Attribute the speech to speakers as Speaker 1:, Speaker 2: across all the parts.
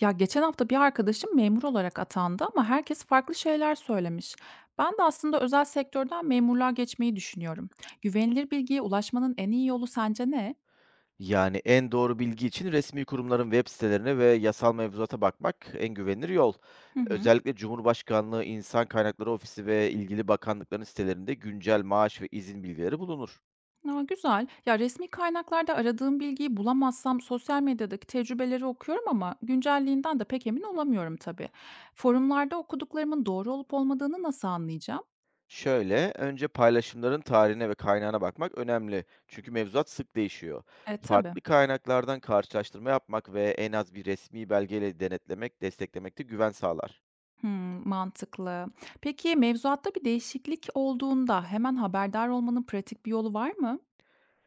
Speaker 1: Ya geçen hafta bir arkadaşım memur olarak atandı ama herkes farklı şeyler söylemiş. Ben de aslında özel sektörden memurluğa geçmeyi düşünüyorum. Güvenilir bilgiye ulaşmanın en iyi yolu sence ne?
Speaker 2: Yani en doğru bilgi için resmi kurumların web sitelerine ve yasal mevzuata bakmak en güvenilir yol.
Speaker 1: Hı hı.
Speaker 2: Özellikle Cumhurbaşkanlığı İnsan Kaynakları Ofisi ve ilgili bakanlıkların sitelerinde güncel maaş ve izin bilgileri bulunur.
Speaker 1: Aa, güzel. Ya resmi kaynaklarda aradığım bilgiyi bulamazsam sosyal medyadaki tecrübeleri okuyorum ama güncelliğinden de pek emin olamıyorum tabii. Forumlarda okuduklarımın doğru olup olmadığını nasıl anlayacağım?
Speaker 2: Şöyle, önce paylaşımların tarihine ve kaynağına bakmak önemli. Çünkü mevzuat sık değişiyor.
Speaker 1: E tabii.
Speaker 2: Farklı kaynaklardan karşılaştırma yapmak ve en az bir resmi belgeyle denetlemek, desteklemek de güven sağlar.
Speaker 1: Hımm, mantıklı. Peki, mevzuatta bir değişiklik olduğunda hemen haberdar olmanın pratik bir yolu var mı?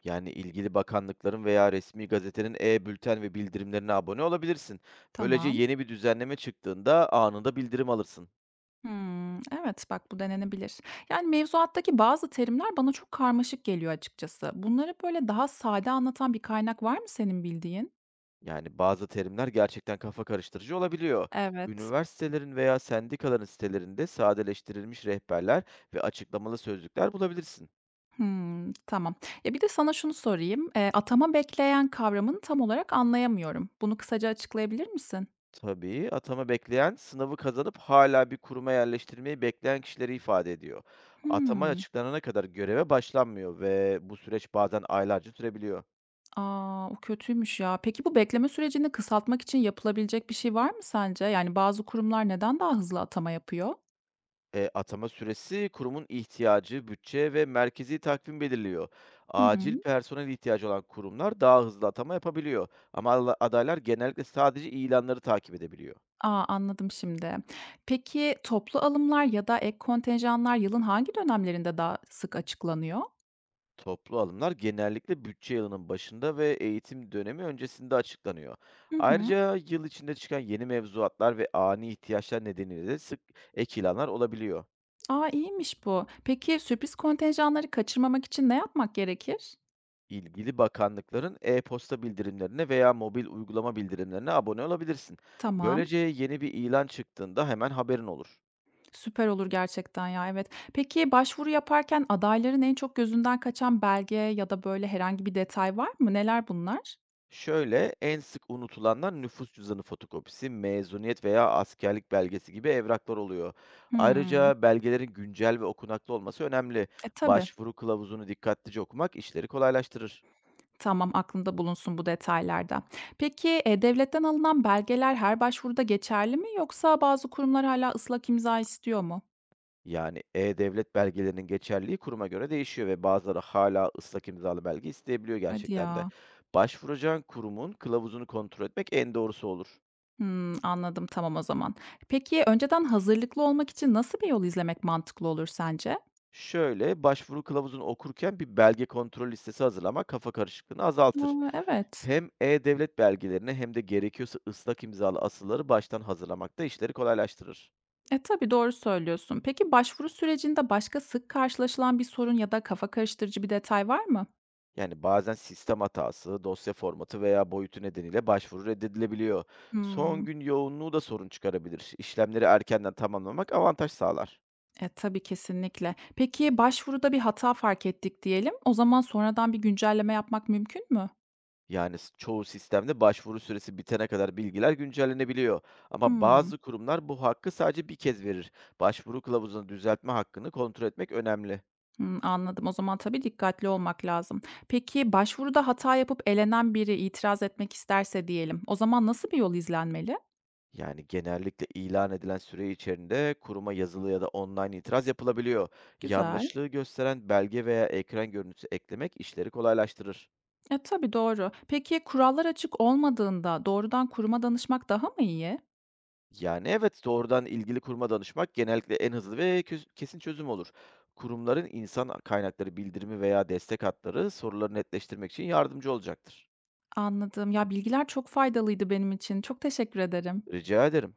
Speaker 2: Yani, ilgili bakanlıkların veya resmi gazetenin e-bülten ve bildirimlerine abone olabilirsin. Böylece
Speaker 1: Tamam.
Speaker 2: yeni bir düzenleme çıktığında anında bildirim alırsın.
Speaker 1: Hımm, evet, bak bu denenebilir. Yani, mevzuattaki bazı terimler bana çok karmaşık geliyor açıkçası. Bunları, böyle, daha sade anlatan bir kaynak var mı senin bildiğin?
Speaker 2: Yani, bazı terimler gerçekten kafa karıştırıcı olabiliyor.
Speaker 1: Evet.
Speaker 2: Üniversitelerin veya sendikaların sitelerinde sadeleştirilmiş rehberler ve açıklamalı sözlükler bulabilirsin.
Speaker 1: Hımm, tamam. Ya, bir de sana şunu sorayım. Atama bekleyen kavramını tam olarak anlayamıyorum. Bunu kısaca açıklayabilir misin?
Speaker 2: Tabii, atama bekleyen, sınavı kazanıp hala bir kuruma yerleştirmeyi bekleyen kişileri ifade ediyor. Atama
Speaker 1: Hımm.
Speaker 2: açıklanana kadar göreve başlanmıyor ve bu süreç bazen aylarca sürebiliyor.
Speaker 1: A! O kötüymüş ya. Peki bu bekleme sürecini kısaltmak için yapılabilecek bir şey var mı sence? Yani bazı kurumlar neden daha hızlı atama yapıyor?
Speaker 2: Atama süresi kurumun ihtiyacı, bütçe ve merkezi takvim belirliyor.
Speaker 1: Hı hı.
Speaker 2: Acil personel ihtiyacı olan kurumlar daha hızlı atama yapabiliyor. Ama adaylar genellikle sadece ilanları takip edebiliyor.
Speaker 1: A, anladım şimdi. Peki toplu alımlar ya da ek kontenjanlar yılın hangi dönemlerinde daha sık açıklanıyor?
Speaker 2: Toplu alımlar genellikle bütçe yılının başında ve eğitim dönemi öncesinde açıklanıyor.
Speaker 1: Hı hı.
Speaker 2: Ayrıca yıl içinde çıkan yeni mevzuatlar ve ani ihtiyaçlar nedeniyle de sık ek ilanlar olabiliyor.
Speaker 1: A, iyiymiş bu. Peki sürpriz kontenjanları kaçırmamak için ne yapmak gerekir?
Speaker 2: İlgili bakanlıkların e-posta bildirimlerine veya mobil uygulama bildirimlerine abone olabilirsin.
Speaker 1: Tamam.
Speaker 2: Böylece yeni bir ilan çıktığında hemen haberin olur.
Speaker 1: Süper olur gerçekten ya, evet. Peki başvuru yaparken adayların en çok gözünden kaçan belge ya da böyle herhangi bir detay var mı? Neler bunlar?
Speaker 2: Şöyle en sık unutulanlar nüfus cüzdanı fotokopisi, mezuniyet veya askerlik belgesi gibi evraklar oluyor.
Speaker 1: Hımm.
Speaker 2: Ayrıca belgelerin güncel ve okunaklı olması önemli.
Speaker 1: E, tabii.
Speaker 2: Başvuru kılavuzunu dikkatlice okumak işleri kolaylaştırır.
Speaker 1: Tamam, aklımda bulunsun bu detaylarda. Peki, devletten alınan belgeler her başvuruda geçerli mi yoksa bazı kurumlar hâlâ ıslak imza istiyor mu?
Speaker 2: Yani e-devlet belgelerinin geçerliliği kuruma göre değişiyor ve bazıları hala ıslak imzalı belge isteyebiliyor
Speaker 1: Hadi
Speaker 2: gerçekten de.
Speaker 1: ya.
Speaker 2: Başvuracağın kurumun kılavuzunu kontrol etmek en doğrusu olur.
Speaker 1: Hımm, anladım, tamam o zaman. Peki, önceden hazırlıklı olmak için nasıl bir yol izlemek mantıklı olur sence?
Speaker 2: Şöyle, başvuru kılavuzunu okurken bir belge kontrol listesi hazırlamak kafa karışıklığını azaltır.
Speaker 1: A, evet.
Speaker 2: Hem e-devlet belgelerini hem de gerekiyorsa ıslak imzalı asılları baştan hazırlamak da işleri kolaylaştırır.
Speaker 1: E, tabii, doğru söylüyorsun. Peki, başvuru sürecinde başka sık karşılaşılan bir sorun ya da kafa karıştırıcı bir detay var mı?
Speaker 2: Yani bazen sistem hatası, dosya formatı veya boyutu nedeniyle başvuru reddedilebiliyor. Son
Speaker 1: Hımm.
Speaker 2: gün yoğunluğu da sorun çıkarabilir. İşlemleri erkenden tamamlamak avantaj sağlar.
Speaker 1: E, tabii, kesinlikle. Peki, başvuruda bir hata fark ettik diyelim. O zaman sonradan bir güncelleme yapmak mümkün mü?
Speaker 2: Yani çoğu sistemde başvuru süresi bitene kadar bilgiler güncellenebiliyor. Ama
Speaker 1: Hımm.
Speaker 2: bazı kurumlar bu hakkı sadece bir kez verir. Başvuru kılavuzunu düzeltme hakkını kontrol etmek önemli.
Speaker 1: Hımm, anladım. O zaman tabii dikkatli olmak lazım. Peki, başvuruda hata yapıp elenen biri itiraz etmek isterse diyelim, o zaman nasıl bir yol izlenmeli?
Speaker 2: Yani genellikle ilan edilen süre içerisinde kuruma yazılı ya da online itiraz yapılabiliyor.
Speaker 1: Güzel.
Speaker 2: Yanlışlığı gösteren belge veya ekran görüntüsü eklemek işleri kolaylaştırır.
Speaker 1: E, tabii, doğru. Peki, kurallar açık olmadığında doğrudan kuruma danışmak daha mı iyi?
Speaker 2: Yani, evet, doğrudan ilgili kuruma danışmak genellikle en hızlı ve kesin çözüm olur. Kurumların insan kaynakları bildirimi veya destek hatları soruları netleştirmek için yardımcı olacaktır.
Speaker 1: Anladım. Ya, bilgiler çok faydalıydı benim için. Çok teşekkür ederim.
Speaker 2: Rica ederim.